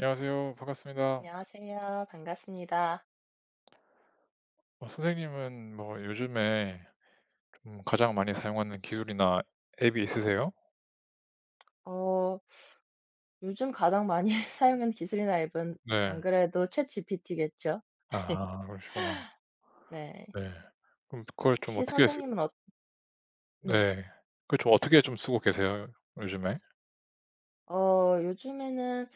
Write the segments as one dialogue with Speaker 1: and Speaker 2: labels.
Speaker 1: 안녕하세요. 반갑습니다.
Speaker 2: 안녕하세요. 반갑습니다.
Speaker 1: 선생님은 뭐 요즘에 좀 가장 많이 사용하는 기술이나 앱이 있으세요?
Speaker 2: 어 요즘 가장 많이 사용하는 기술이나 앱은 안
Speaker 1: 네.
Speaker 2: 그래도 챗GPT겠죠?
Speaker 1: 아 그러시구나.
Speaker 2: 네.
Speaker 1: 네. 그럼 그걸 좀
Speaker 2: 혹시
Speaker 1: 어떻게 쓰.
Speaker 2: 선생님은 네.
Speaker 1: 네. 그걸 좀 어떻게 좀 쓰고 계세요 요즘에?
Speaker 2: 요즘에는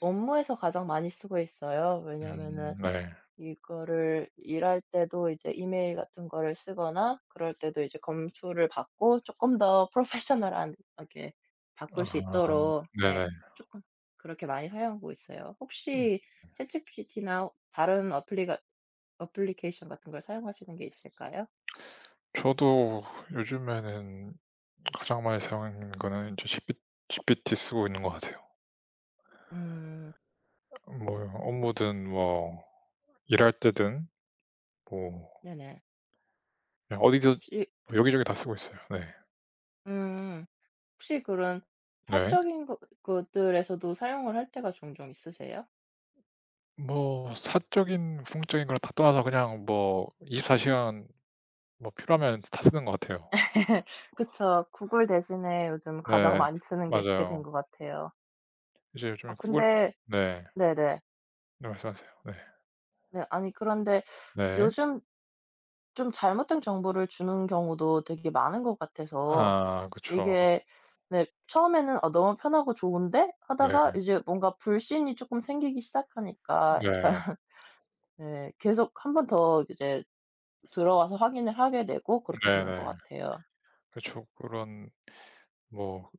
Speaker 2: 업무에서 가장 많이 쓰고 있어요. 왜냐면은
Speaker 1: 네.
Speaker 2: 이거를 일할 때도 이제 이메일 같은 거를 쓰거나 그럴 때도 이제 검수를 받고 조금 더 프로페셔널한 하게 바꿀 수
Speaker 1: 아
Speaker 2: 있도록, 네,
Speaker 1: 네네.
Speaker 2: 조금 그렇게 많이 사용하고 있어요.
Speaker 1: 음.
Speaker 2: 혹시 챗GPT나 다른 어플리가 어플리케이션 같은 걸 사용하시는 게 있을까요?
Speaker 1: 저도 요즘에는 가장 많이 사용하는 거는 이제 GPT 쓰고 있는 것 같아요.
Speaker 2: 음.
Speaker 1: 뭐 업무든 뭐 일할 때든 뭐
Speaker 2: 네네.
Speaker 1: 그냥 어디서
Speaker 2: 혹시
Speaker 1: 여기저기 다 쓰고 있어요. 네.
Speaker 2: 음 혹시 그런
Speaker 1: 네.
Speaker 2: 사적인 것 것들에서도 사용을 할 때가 종종 있으세요?
Speaker 1: 뭐 사적인 궁극적인 걸 다 떠나서 그냥 뭐 24시간 시간 뭐 필요하면 다 쓰는 것 같아요.
Speaker 2: 그쵸. 구글 대신에 요즘 가장
Speaker 1: 네.
Speaker 2: 많이 쓰는 게 그게
Speaker 1: 맞아요.
Speaker 2: 된 것 같아요.
Speaker 1: 이제
Speaker 2: 아
Speaker 1: 요즘에 구글.
Speaker 2: 근데,
Speaker 1: 네.
Speaker 2: 네네.
Speaker 1: 네 말씀하세요. 네.
Speaker 2: 네 아니 그런데
Speaker 1: 네.
Speaker 2: 요즘 좀 잘못된 정보를 주는 경우도 되게 많은 것 같아서
Speaker 1: 아 그쵸.
Speaker 2: 이게, 네, 처음에는 '너무 편하고 좋은데?'
Speaker 1: 네.
Speaker 2: 하다가 이제 뭔가 불신이 조금 생기기 시작하니까 약간
Speaker 1: 네.
Speaker 2: 네 계속 한 번 더 이제 들어와서 확인을 하게 되고 그렇게 되는 것
Speaker 1: 네네.
Speaker 2: 같아요.
Speaker 1: 그쵸. 그런 뭐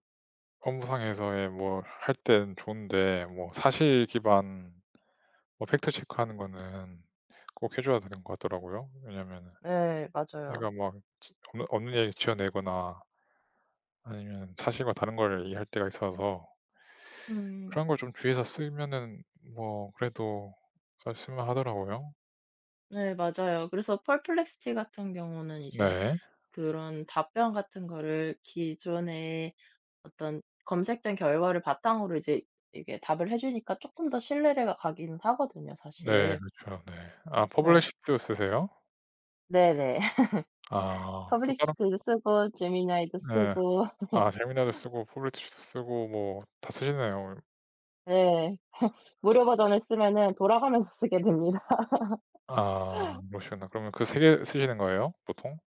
Speaker 1: 업무상에서의 뭐 할 땐 좋은데 뭐 사실 기반 뭐 팩트 체크하는 거는 꼭 해 줘야 되는 것 같더라고요. 왜냐면은
Speaker 2: 네 맞아요.
Speaker 1: 내가 막 지 없는 얘기 지어내거나 아니면 사실과 다른 걸 얘기할 때가 있어서
Speaker 2: 음.
Speaker 1: 그런 걸 좀 주의해서 쓰면은 뭐 그래도 잘 쓸만하더라고요.
Speaker 2: 네 맞아요. 그래서 펄플렉 p 티 같은 경우는 이제
Speaker 1: 네.
Speaker 2: 그런 답변 같은 거를 기존에 어떤 검색된 결과를 바탕으로 이제 이게 답을 해 주니까 조금 더 신뢰가 가기는 하거든요
Speaker 1: 네
Speaker 2: 사실.
Speaker 1: 그렇죠. 네. 아 퍼블리
Speaker 2: 네.
Speaker 1: 시트 쓰세요?
Speaker 2: 네네. 퍼
Speaker 1: 아
Speaker 2: 블리
Speaker 1: 또 다른.
Speaker 2: 시도 쓰고 제미나이도
Speaker 1: 네.
Speaker 2: 쓰고.
Speaker 1: 아 젤미나도 쓰고 퍼블리시트 쓰고 뭐 다 쓰시네요.
Speaker 2: 네. 무료 버전을 쓰면은 돌아가면서 쓰게 됩니다.
Speaker 1: 아 그러시구나. 그러면 그 세 개 쓰시는 거예요 보통?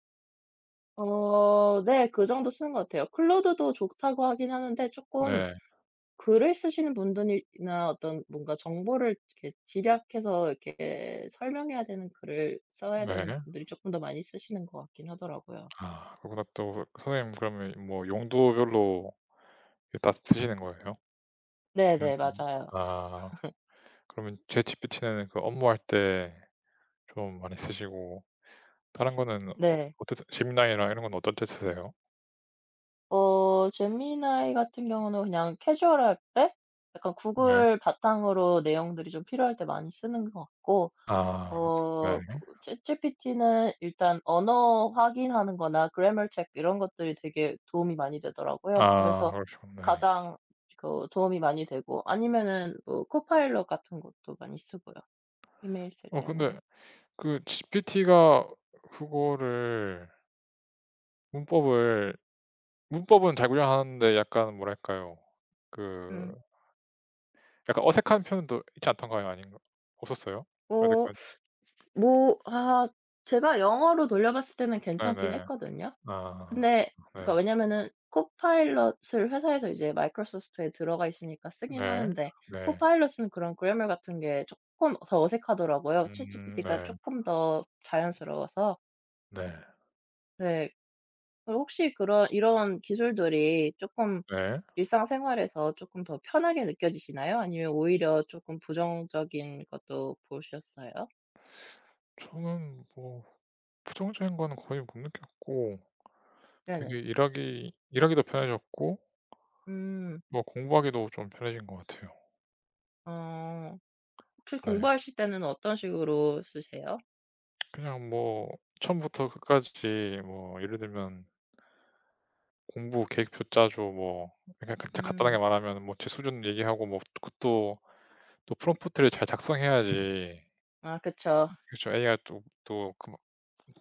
Speaker 2: 네. 그 정도 쓰는 것 같아요. 클로드도 좋다고 하긴 하는데 조금,
Speaker 1: 네.
Speaker 2: 글을 쓰시는 분들이나 어떤 뭔가 정보를 이렇게 집약해서 이렇게 설명해야 되는 글을 써야 되는
Speaker 1: 네.
Speaker 2: 분들이 조금 더 많이 쓰시는 것 같긴 하더라고요.
Speaker 1: 아 그러고 나 또 선생님, 그러면 뭐 용도별로 다 쓰시는 거예요? 음.
Speaker 2: 네네. 맞아요.
Speaker 1: 아 그러면 챗GPT는 그 업무할 때 좀 많이 쓰시고 다른 거는 어,
Speaker 2: 네.
Speaker 1: 어떠세, 제미나이나 이런 건 어떤 때 쓰세요?
Speaker 2: 제미나이 같은 경우는 그냥 캐주얼할 때 약간
Speaker 1: 네.
Speaker 2: 구글 바탕으로 내용들이 좀 필요할 때 많이 쓰는 것 같고,
Speaker 1: 아
Speaker 2: 어
Speaker 1: 그렇군요. 네.
Speaker 2: 챗GPT는 일단 언어 확인하는 거나 grammar check 이런 것들이 되게 도움이 많이
Speaker 1: 아
Speaker 2: 되더라고요. 그래서
Speaker 1: 그렇죠군 네.
Speaker 2: 가장 그 도움이 많이 되고, 아니면은 뭐 코파일 i 같은 것도 많이 쓰고요, 이메일 쓸
Speaker 1: 어
Speaker 2: 때는.
Speaker 1: 근데 그 GPT가 그거를 문법을 문법은 잘 구현하는데 약간 뭐랄까요? 그
Speaker 2: 음.
Speaker 1: 약간 어색한 표현도 있지 않던가요? 아닌가, 없었어요?
Speaker 2: 뭐
Speaker 1: 여태까지?
Speaker 2: 뭐 제가 영어로 돌려봤을 때는 괜찮긴
Speaker 1: 네네.
Speaker 2: 했거든요.
Speaker 1: 아
Speaker 2: 근데 그러니까
Speaker 1: 네.
Speaker 2: 왜냐면은 코파일럿을 회사에서 이제 마이크로소프트에 들어가 있으니까 쓰긴
Speaker 1: 네.
Speaker 2: 하는데,
Speaker 1: 네.
Speaker 2: 코파일럿은 그런 그 r a 같은 게 쪼끔 더 어색하더라고요, 챗GPT가
Speaker 1: 네.
Speaker 2: 쪼끔 더 자연스러워서.
Speaker 1: 네.
Speaker 2: 네. 그럼 혹시 그런 이런 기술들이 쪼끔
Speaker 1: 네.
Speaker 2: 일상생활에서 쪼끔 더 편하게 느껴지시나요? 아니면 오히려 쪼끔 부정적인 것도 보셨어요?
Speaker 1: 저는 뭐 부정적인 거는 거의 못 느꼈고 되게
Speaker 2: 네네.
Speaker 1: 일하기도 편해졌고
Speaker 2: 음.
Speaker 1: 뭐 공부하기도 좀 편해진 것 같아요.
Speaker 2: 어. 혹시
Speaker 1: 네.
Speaker 2: 공부하실 때는 어떤 식으로 쓰세요?
Speaker 1: 그냥 뭐 처음부터 끝까지 뭐 예를 들면 공부 계획표 짜줘 뭐 그냥 간단하게
Speaker 2: 음.
Speaker 1: 말하면 뭐 제 수준 얘기하고 뭐 그것도 또 프롬프트를 잘 작성해야지.
Speaker 2: 아 그쵸.
Speaker 1: 그쵸. AI가 또 그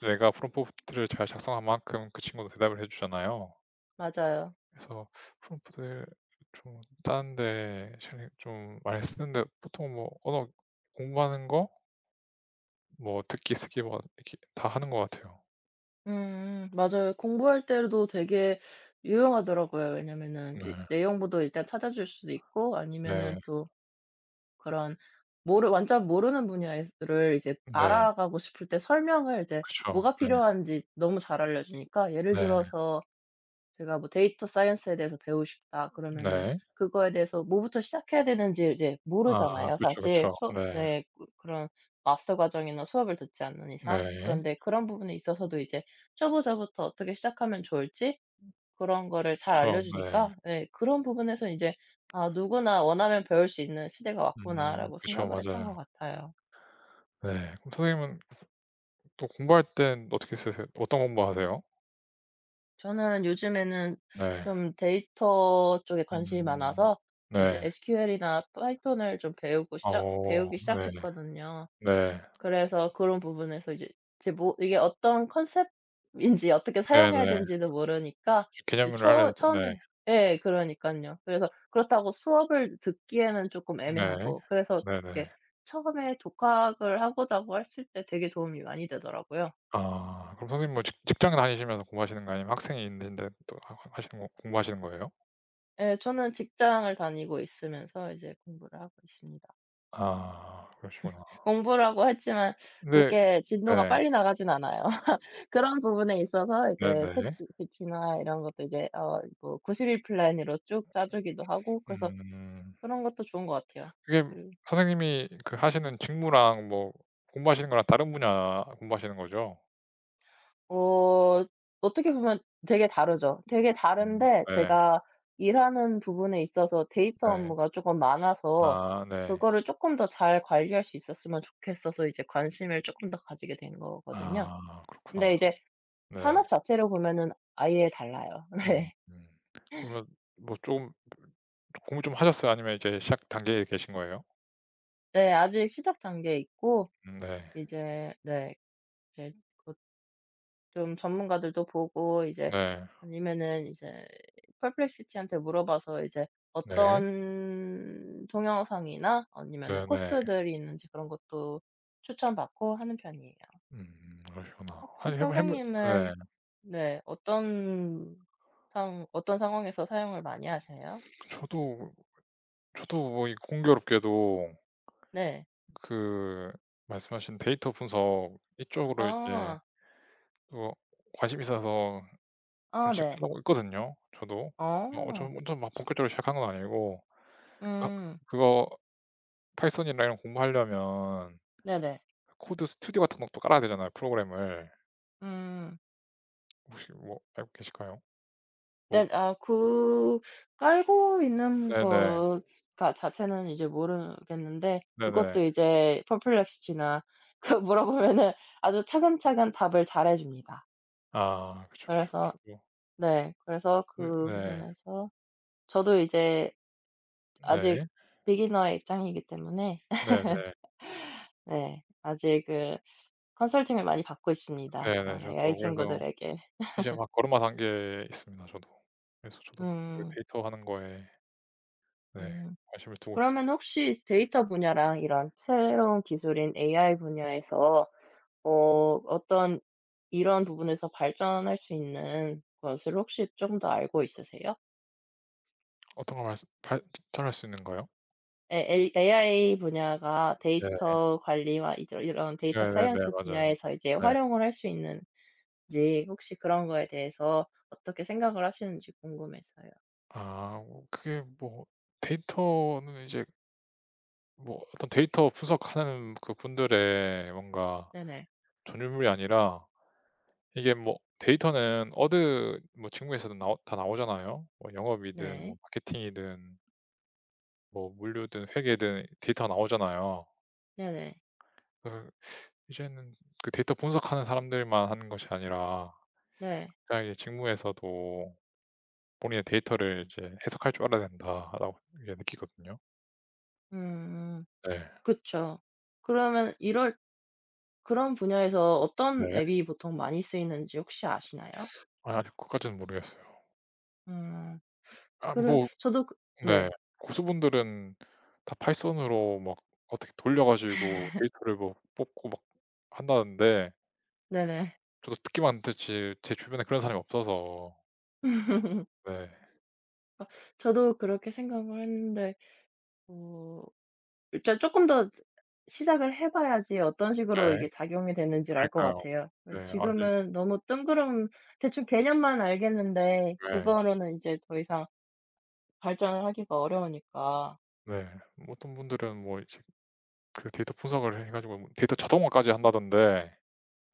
Speaker 1: 내가 프롬프트를 잘 작성한 만큼 그 친구도 대답을 해 주잖아요.
Speaker 2: 맞아요.
Speaker 1: 그래서 프롬프트를 좀짜데시좀 많이 쓰는데 보통 뭐 언어 공부하는 거 뭐 듣기, 쓰기 뭐 이렇게 다 하는 것 같아요.
Speaker 2: 맞아요. 공부할 때도 되게 유용하더라고요. 왜냐면은
Speaker 1: 네.
Speaker 2: 이제 내용부도 일단 찾아줄 수도 있고 아니면은
Speaker 1: 네.
Speaker 2: 또 그런 모르 완전 모르는 분야를 이제
Speaker 1: 네.
Speaker 2: 알아가고 싶을 때 설명을 이제
Speaker 1: 그쵸.
Speaker 2: 뭐가 필요한지 너무 잘 알려 주니까. 예를
Speaker 1: 네. 네.
Speaker 2: 들어서 제가 뭐 데이터 사이언스에 대해서 배우고 싶다 그러면은
Speaker 1: 네.
Speaker 2: 그거에 대해서 뭐부터 시작해야 되는지 이제
Speaker 1: 아
Speaker 2: 모르잖아요
Speaker 1: 그쵸,
Speaker 2: 사실.
Speaker 1: 그쵸.
Speaker 2: 수
Speaker 1: 네.
Speaker 2: 네, 그런 마스터 과정이나 수업을 듣지 않는 이상.
Speaker 1: 네.
Speaker 2: 그런데 그런 부분에 있어서도 이제 초보자부터 어떻게 시작하면 좋을지 그런 거를 잘
Speaker 1: 그쵸.
Speaker 2: 알려
Speaker 1: 네.
Speaker 2: 주니까, 네, 그런 부분에서 이제 '아, 누구나 원하면 배울 수 있는 시대가 왔구나.'라고
Speaker 1: 그쵸.
Speaker 2: 생각을 했던 것
Speaker 1: 맞아요.
Speaker 2: 같아요.
Speaker 1: 네. 그럼 선생님은 또 공부할 땐 어떻게 쓰세요? 어떤 공부하세요?
Speaker 2: 저는 요즘에는
Speaker 1: 네.
Speaker 2: 좀 데이터 쪽에 관심이
Speaker 1: 음.
Speaker 2: 많아서 이제
Speaker 1: 네.
Speaker 2: SQL이나 파이썬을 좀 배우고 시작
Speaker 1: 어.
Speaker 2: 배우기
Speaker 1: 네.
Speaker 2: 시작했거든요.
Speaker 1: 네.
Speaker 2: 그래서 그런 부분에서 이제, 뭐 이게 어떤 컨셉인지 어떻게 사용해야
Speaker 1: 네네.
Speaker 2: 되는지도 모르니까 이제
Speaker 1: 개념을
Speaker 2: 초
Speaker 1: 알아야죠. 네.
Speaker 2: 처음에, 예 그러니깐요. 그래서 그렇다고 수업을 듣기에는 조금
Speaker 1: 네.
Speaker 2: 애매하고, 그래서 이게
Speaker 1: 네네.
Speaker 2: 처음에 독학을 하고자 고 했을 때 되게 도움이 많이 되더라고요.
Speaker 1: 아 그럼 선생님 뭐 직 직장 다니시면서 공부하시는 거 아니면 학생이신데 또 하 하시는 거 공부하시는 거예요?
Speaker 2: 예. 저는 직장을 다니고 있으면서 이제 공부를 하고 있습니다.
Speaker 1: 아 그러시구나.
Speaker 2: 공부라고 했지만
Speaker 1: 근데.
Speaker 2: 그렇게 진도가
Speaker 1: 네.
Speaker 2: 빨리 나가진 않아요. 그런 부분에 있어서 이제 챗
Speaker 1: 네네.
Speaker 2: 지 p 나 이런 것도 이제 뭐9 1일 플랜으로 쭉 짜 주기도 하고, 그래서
Speaker 1: 음.
Speaker 2: 그런 것도 좋은 것 같아요.
Speaker 1: 그게
Speaker 2: 그리고
Speaker 1: 선생님이 그 하시는 직무랑 뭐 공부하시는 거랑 다른 분야 공부하시는 거죠?
Speaker 2: 어 어떻게 보면 되게 다르죠. 되게 다른데
Speaker 1: 네.
Speaker 2: 제가 일하는 부분에 있어서 데이터
Speaker 1: 네.
Speaker 2: 업무가 조금 많아서
Speaker 1: 아 네.
Speaker 2: 그거를 조금 더 잘 관리할 수 있었으면 좋겠어서 이제 관심을 조금 더 가지게 된 거거든요.
Speaker 1: 아
Speaker 2: 근데
Speaker 1: 그렇구나.
Speaker 2: 이제
Speaker 1: 네.
Speaker 2: 산업 자체를 보면은 아예 달라요.
Speaker 1: 음
Speaker 2: 네.
Speaker 1: 음. 그러면 뭐 좀 공부 좀 하셨어요? 아니면 이제 시작 단계에 계신 거예요?
Speaker 2: 네. 아직 시작 단계에 있고
Speaker 1: 네.
Speaker 2: 이제. 네. 이제 그 좀 전문가들도 보고, 이제
Speaker 1: 네.
Speaker 2: 아니면은 이제 p 플렉시티한테 물어봐서 이제
Speaker 1: 네.
Speaker 2: 어떤 동영상이나 아니면은
Speaker 1: 네네.
Speaker 2: 코스들이 있는지 그런 것도 추천받고 하는 편이에요.
Speaker 1: 그러시구나.
Speaker 2: 혹시
Speaker 1: 아니 해물.
Speaker 2: 선생님은,
Speaker 1: 네.
Speaker 2: 네, 어떤 상황에서 사용을 많이 하세요?
Speaker 1: 저도 저도 뭐 이 공교롭게도
Speaker 2: 네.
Speaker 1: 그 말씀하신 데이터 분석 이쪽으로 이제
Speaker 2: 아.
Speaker 1: 또 관심이 있어서 좀
Speaker 2: 아 네.
Speaker 1: 시작하려고 있거든요 저도. 어
Speaker 2: 어.
Speaker 1: 좀 완전 막 본격적으로 시작한 건 아니고 그거
Speaker 2: 음.
Speaker 1: 그거 파이썬이나 이런 공부하려면
Speaker 2: 네네.
Speaker 1: 코드 스튜디오 같은 것도 깔아야 되잖아요 프로그램을.
Speaker 2: 음.
Speaker 1: 혹시 뭐 알고 계실까요? 뭐.
Speaker 2: 네. 아 그 깔고 있는
Speaker 1: 네네.
Speaker 2: 것 가 자체는 이제 모르겠는데,
Speaker 1: 네네.
Speaker 2: 그것도 이제 퍼플렉시 l 나 그 물어보면은 아주 차근차근 답을 잘해 줍니다.
Speaker 1: 아 그쵸, 그쵸,
Speaker 2: 그래서
Speaker 1: 그쵸. 뭐.
Speaker 2: 네. 그래서
Speaker 1: 네
Speaker 2: 그
Speaker 1: 네.
Speaker 2: 부분에서 저도 이제 아직
Speaker 1: 네.
Speaker 2: 비기너의 입장이기 때문에,
Speaker 1: 네네.
Speaker 2: 네, 아직 그 컨설팅을 많이 받고 있습니다,
Speaker 1: 네네.
Speaker 2: 그런 AI
Speaker 1: 저도 그래서
Speaker 2: 친구들에게.
Speaker 1: 이제 막 걸음마 단 계에 있습니다 저도. 그래서 저도 그
Speaker 2: 음.
Speaker 1: 데이터 하는 거에 네
Speaker 2: 음.
Speaker 1: 관심을 두고 있습니다.
Speaker 2: 그러면 혹시 데이터 분야랑 이런 새로운 기술인 AI 분야에서 어 어떤 이런 부분에서 발전할 수 있는 것을 혹시 좀 더 알고 있으세요?
Speaker 1: 어떤 걸 말씀 발 추천할 수 있는가요?
Speaker 2: 예, 에이 AI 분야가
Speaker 1: 네.
Speaker 2: 데이터 관리와 이제 이런 데이터
Speaker 1: 네네네.
Speaker 2: 사이언스
Speaker 1: 맞아요.
Speaker 2: 분야에서 이제
Speaker 1: 네.
Speaker 2: 활용을 할 수 있는지, 혹시 그런 거에 대해서 어떻게 생각을 하시는지 궁금해서요.
Speaker 1: 아 뭐 그게 뭐 데이터는 이제 뭐 어떤 데이터 분석하는 그 분들의 뭔가
Speaker 2: 네네.
Speaker 1: 전유물이 아니라 이게 뭐 데이터는 어느 뭐 직무에서든 나오 다 나오잖아요. 뭐 영업이든 뭐
Speaker 2: 네.
Speaker 1: 마케팅이든 뭐 물류든 회계든 데이터가 나오잖아요.
Speaker 2: 네네.
Speaker 1: 그 이제는 그 데이터 분석하는 사람들만 하는 것이 아니라
Speaker 2: 네.
Speaker 1: 각자의 직무에서도 본인의 데이터를 이제 해석할 줄 알아야 된다라고 이제 느끼거든요.
Speaker 2: 음. 음.
Speaker 1: 네.
Speaker 2: 그쵸. 그러면 이럴 그런 분야에서 어떤
Speaker 1: 네.
Speaker 2: 앱이 보통 많이 쓰이는지 혹시 아시나요?
Speaker 1: 아 아직 그것까지는 모르겠어요.
Speaker 2: 음.
Speaker 1: 아
Speaker 2: 그래
Speaker 1: 뭐.
Speaker 2: 저도 그
Speaker 1: 네.
Speaker 2: 네.
Speaker 1: 고수분들은 다 파이썬으로 막 어떻게 돌려 가지고 데이터를 뭐 뽑고 막 한다는데
Speaker 2: 네네.
Speaker 1: 저도 듣기만 듣지 제 주변에 그런 사람이 없어서. 네.
Speaker 2: 저도 그렇게 생각을 했는데, 어 일단 쪼끔 더 시작을 해 봐야지 어떤 식으로
Speaker 1: 네.
Speaker 2: 이게 작용이 되는지를 알 것
Speaker 1: 그러니까요.
Speaker 2: 같아요.
Speaker 1: 네. 아직.
Speaker 2: 지금은 너무 뜬구름, 대충 개념만 알겠는데
Speaker 1: 네.
Speaker 2: 그거로는 이제 더 이상 발전을 하기가 어려우니까.
Speaker 1: 네. 뭐 어떤 분들은 뭐 이제 그 데이터 분석을 해 가지고 뭐 데이터 자동화까지 한다던데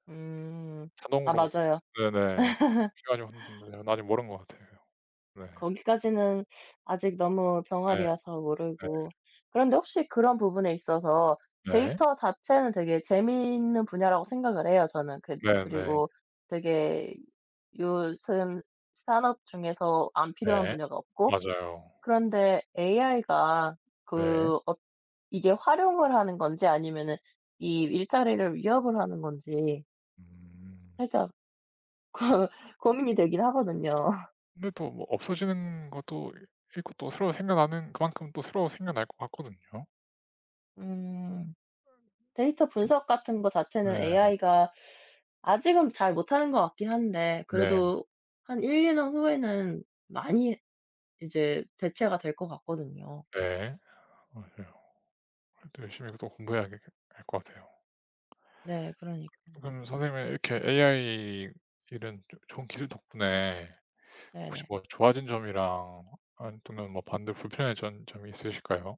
Speaker 2: 음. 아
Speaker 1: 자동으로 막.
Speaker 2: 맞아요.
Speaker 1: 네네. 그래 가지고 하는데 저는 아직 모르는 것 같아요. 네.
Speaker 2: 거기까지는 아직 너무
Speaker 1: 네
Speaker 2: 병아리여서
Speaker 1: 네
Speaker 2: 모르고. 그런데 혹시 그런 부분에 있어서
Speaker 1: 네.
Speaker 2: 데이터 자체는 되게 재미있는 분야라고 생각을 해요 저는.
Speaker 1: 네 네. 네.
Speaker 2: 그리고 되게 요즘 산업 중에서 안 필요한
Speaker 1: 네.
Speaker 2: 분야가 없고,
Speaker 1: 맞아요.
Speaker 2: 그런데 AI가
Speaker 1: 네.
Speaker 2: 그 어 이게 활용을 하는 건지 아니면은 이 일자리를 위협을 하는 건지
Speaker 1: 음.
Speaker 2: 살짝 고민이 되긴 하거든요.
Speaker 1: 근데 또 뭐 없어지는 것도 있고 또 새로 생겨나는 그만큼 또 새로 생겨날 것 같거든요.
Speaker 2: 음. 데이터 분석 같은 거 자체는
Speaker 1: 네.
Speaker 2: AI가 아직은 잘 못하는 것 같긴 한데,
Speaker 1: 네.
Speaker 2: 그래도 한 1-2년 후에는 많이 이제 대체가 될 것 같거든요.
Speaker 1: 네. 맞아요. 그래도 열심히 또 공부해야 되 할 것 같아요.
Speaker 2: 네 그러니깐요.
Speaker 1: 그럼 선생님은 이렇게 AI 이런 조 좋은 기술 덕분에 혹시
Speaker 2: 네네.
Speaker 1: 뭐 좋아진 점이랑 안 또는 뭐 반대 불편해진 점이 있으실까요?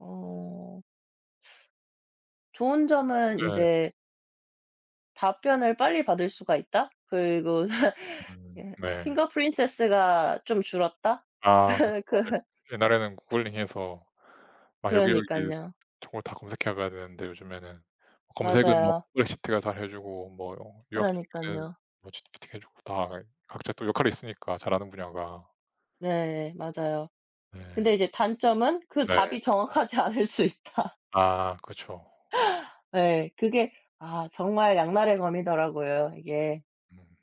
Speaker 2: 어 좋은 점은
Speaker 1: 네.
Speaker 2: 이제 답변을 빨리 받을 수가 있다? 그리고 예,
Speaker 1: 네.
Speaker 2: finger princess가 좀 줄었다?
Speaker 1: 아 그죠.
Speaker 2: 그
Speaker 1: 맞아요. 옛날에는 구글링해서 막 여기저기
Speaker 2: 그러니깐요.
Speaker 1: 정보 다 검색해 가야 되는데 요즘에는 뭐 검색은 뭐
Speaker 2: 맞아요.
Speaker 1: 구글시트가 잘해 주고 뭐유 요약 정리는
Speaker 2: 그러니깐요.
Speaker 1: 뭐 챗GPT가 해 주고 다 각자 또 역할이 있으니까 잘하는 분야가.
Speaker 2: 네 맞아요. 근데
Speaker 1: 네.
Speaker 2: 이제 단점은 그
Speaker 1: 네.
Speaker 2: 답이 정확하지 않을 수 있다.
Speaker 1: 아 그쵸.
Speaker 2: 예. 그게, 아 정말 양날의 검이더라고요 이게.
Speaker 1: 음.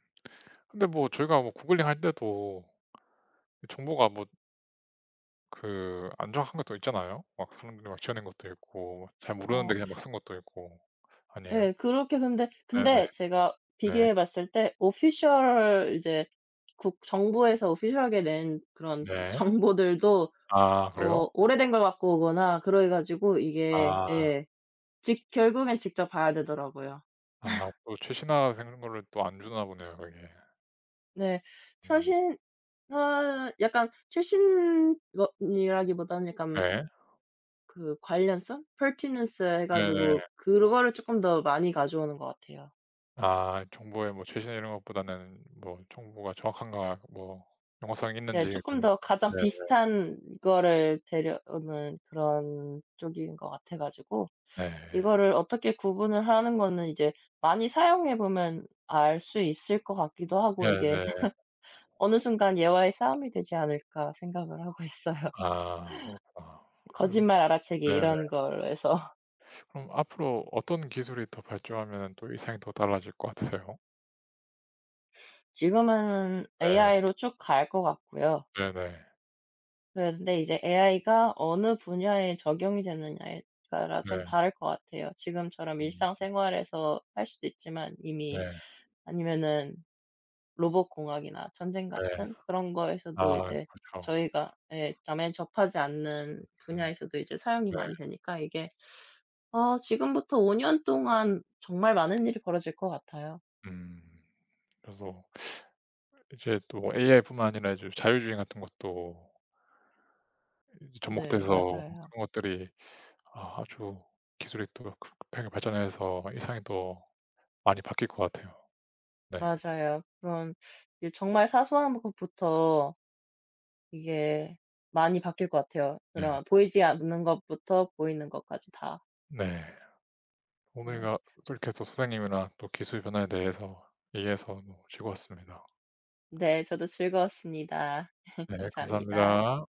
Speaker 1: 근데 뭐 저희가 뭐 구글링할 때도 정보가 뭐 그 안 정확한 것도 있잖아요. 막 사람들이 막 지어낸 것도 있고 잘
Speaker 2: 어
Speaker 1: 모르는데 그냥 막 쓴 것도 있고. 아니에요?
Speaker 2: 예. 그렇게, 근데
Speaker 1: 네네.
Speaker 2: 근데 제가
Speaker 1: 네.
Speaker 2: 비교해 봤을 때 오피셜 이제 국 정부에서 오피셜하게 낸 그런
Speaker 1: 네.
Speaker 2: 정보들도
Speaker 1: 아 그래요?
Speaker 2: 오래된 걸 갖고 오거나 그래 가지고 이게,
Speaker 1: 아.
Speaker 2: 예, 직 결국엔 직접 봐야 되더라고요.
Speaker 1: 아 또 최신화 생 거를 또 안 주나 보네요 그게.
Speaker 2: 네.
Speaker 1: 음.
Speaker 2: 최신 어 약간 최신 것이라기보다는, 약간
Speaker 1: 네.
Speaker 2: 그 관련성? pertinence 해
Speaker 1: 네네.
Speaker 2: 가지고 그거를 조금 더 많이 가져오는 것 같아요.
Speaker 1: 아 정보의 뭐 최신 이런 것보다는 뭐 정보가 정확한가 뭐 정확성이
Speaker 2: 네.
Speaker 1: 있는지 네.
Speaker 2: 조금 더 가장
Speaker 1: 네.
Speaker 2: 비슷한 거를 데려오는 그런 쪽인 것 같아 가지고
Speaker 1: 네.
Speaker 2: 이거를 어떻게 구분을 하는 거는 이제 많이 사용해 보면 알 수 있을 것 같기도 하고 이게
Speaker 1: 네네.
Speaker 2: '어느 순간 얘와의 싸움이 되지 않을까.' 생각을 하고 있어요.
Speaker 1: 아 그렇구나. 음
Speaker 2: 거짓말 알아채기
Speaker 1: 네네.
Speaker 2: 이런 걸로 해서.
Speaker 1: 그럼 앞으로 어떤 기술이 더 발전하면은 또 일상이 더 달라질 것 같으세요?
Speaker 2: 지금은
Speaker 1: 네.
Speaker 2: AI로 쭉 갈 것 같고요.
Speaker 1: 네네.
Speaker 2: 그런데 이제 AI가 어느 분야에 적용이 되느냐에 따라 좀
Speaker 1: 네.
Speaker 2: 다를 것 같아요. 지금처럼
Speaker 1: 네,
Speaker 2: 일상생활에서 할 수도 있지만
Speaker 1: 네.
Speaker 2: 이미, 아니면은 로봇공학이나 전쟁
Speaker 1: 네.
Speaker 2: 같은 그런
Speaker 1: 아
Speaker 2: 거에서도 이제,
Speaker 1: 그렇죠.
Speaker 2: 저희가 남의 접하지 않는
Speaker 1: 음.
Speaker 2: 분야에서도 이제 사용이
Speaker 1: 네.
Speaker 2: 많이 되니까 이게, 지금부터 5년 동안 정말 많은 일이 벌어질 것 같아요.
Speaker 1: 음. 그래서 이제 또 AI뿐만 아니라 이제 자율주행 같은 것도 이제
Speaker 2: 네
Speaker 1: 접목돼서 뭐
Speaker 2: 맞아요.
Speaker 1: 그런 것들이 아 아주 기술이 또 급하게 발전해서 일상이 또 많이 바뀔 것 같아요. 네.
Speaker 2: 맞아요. 그런, 이 정말 사소한 것부터 이게 많이 바뀔 것 같아요.
Speaker 1: 네.
Speaker 2: 그런 보이지 않는 것부터 보이는 것까지 다.
Speaker 1: 네.
Speaker 2: 네.
Speaker 1: 오늘가 또 이렇게 또 선생님이랑 또 기술 변화에 대해서 얘기해서 너무 즐거웠습니다.
Speaker 2: 네 저도 즐거웠습니다.
Speaker 1: 네.
Speaker 2: 감사합니다.
Speaker 1: 감사합니다.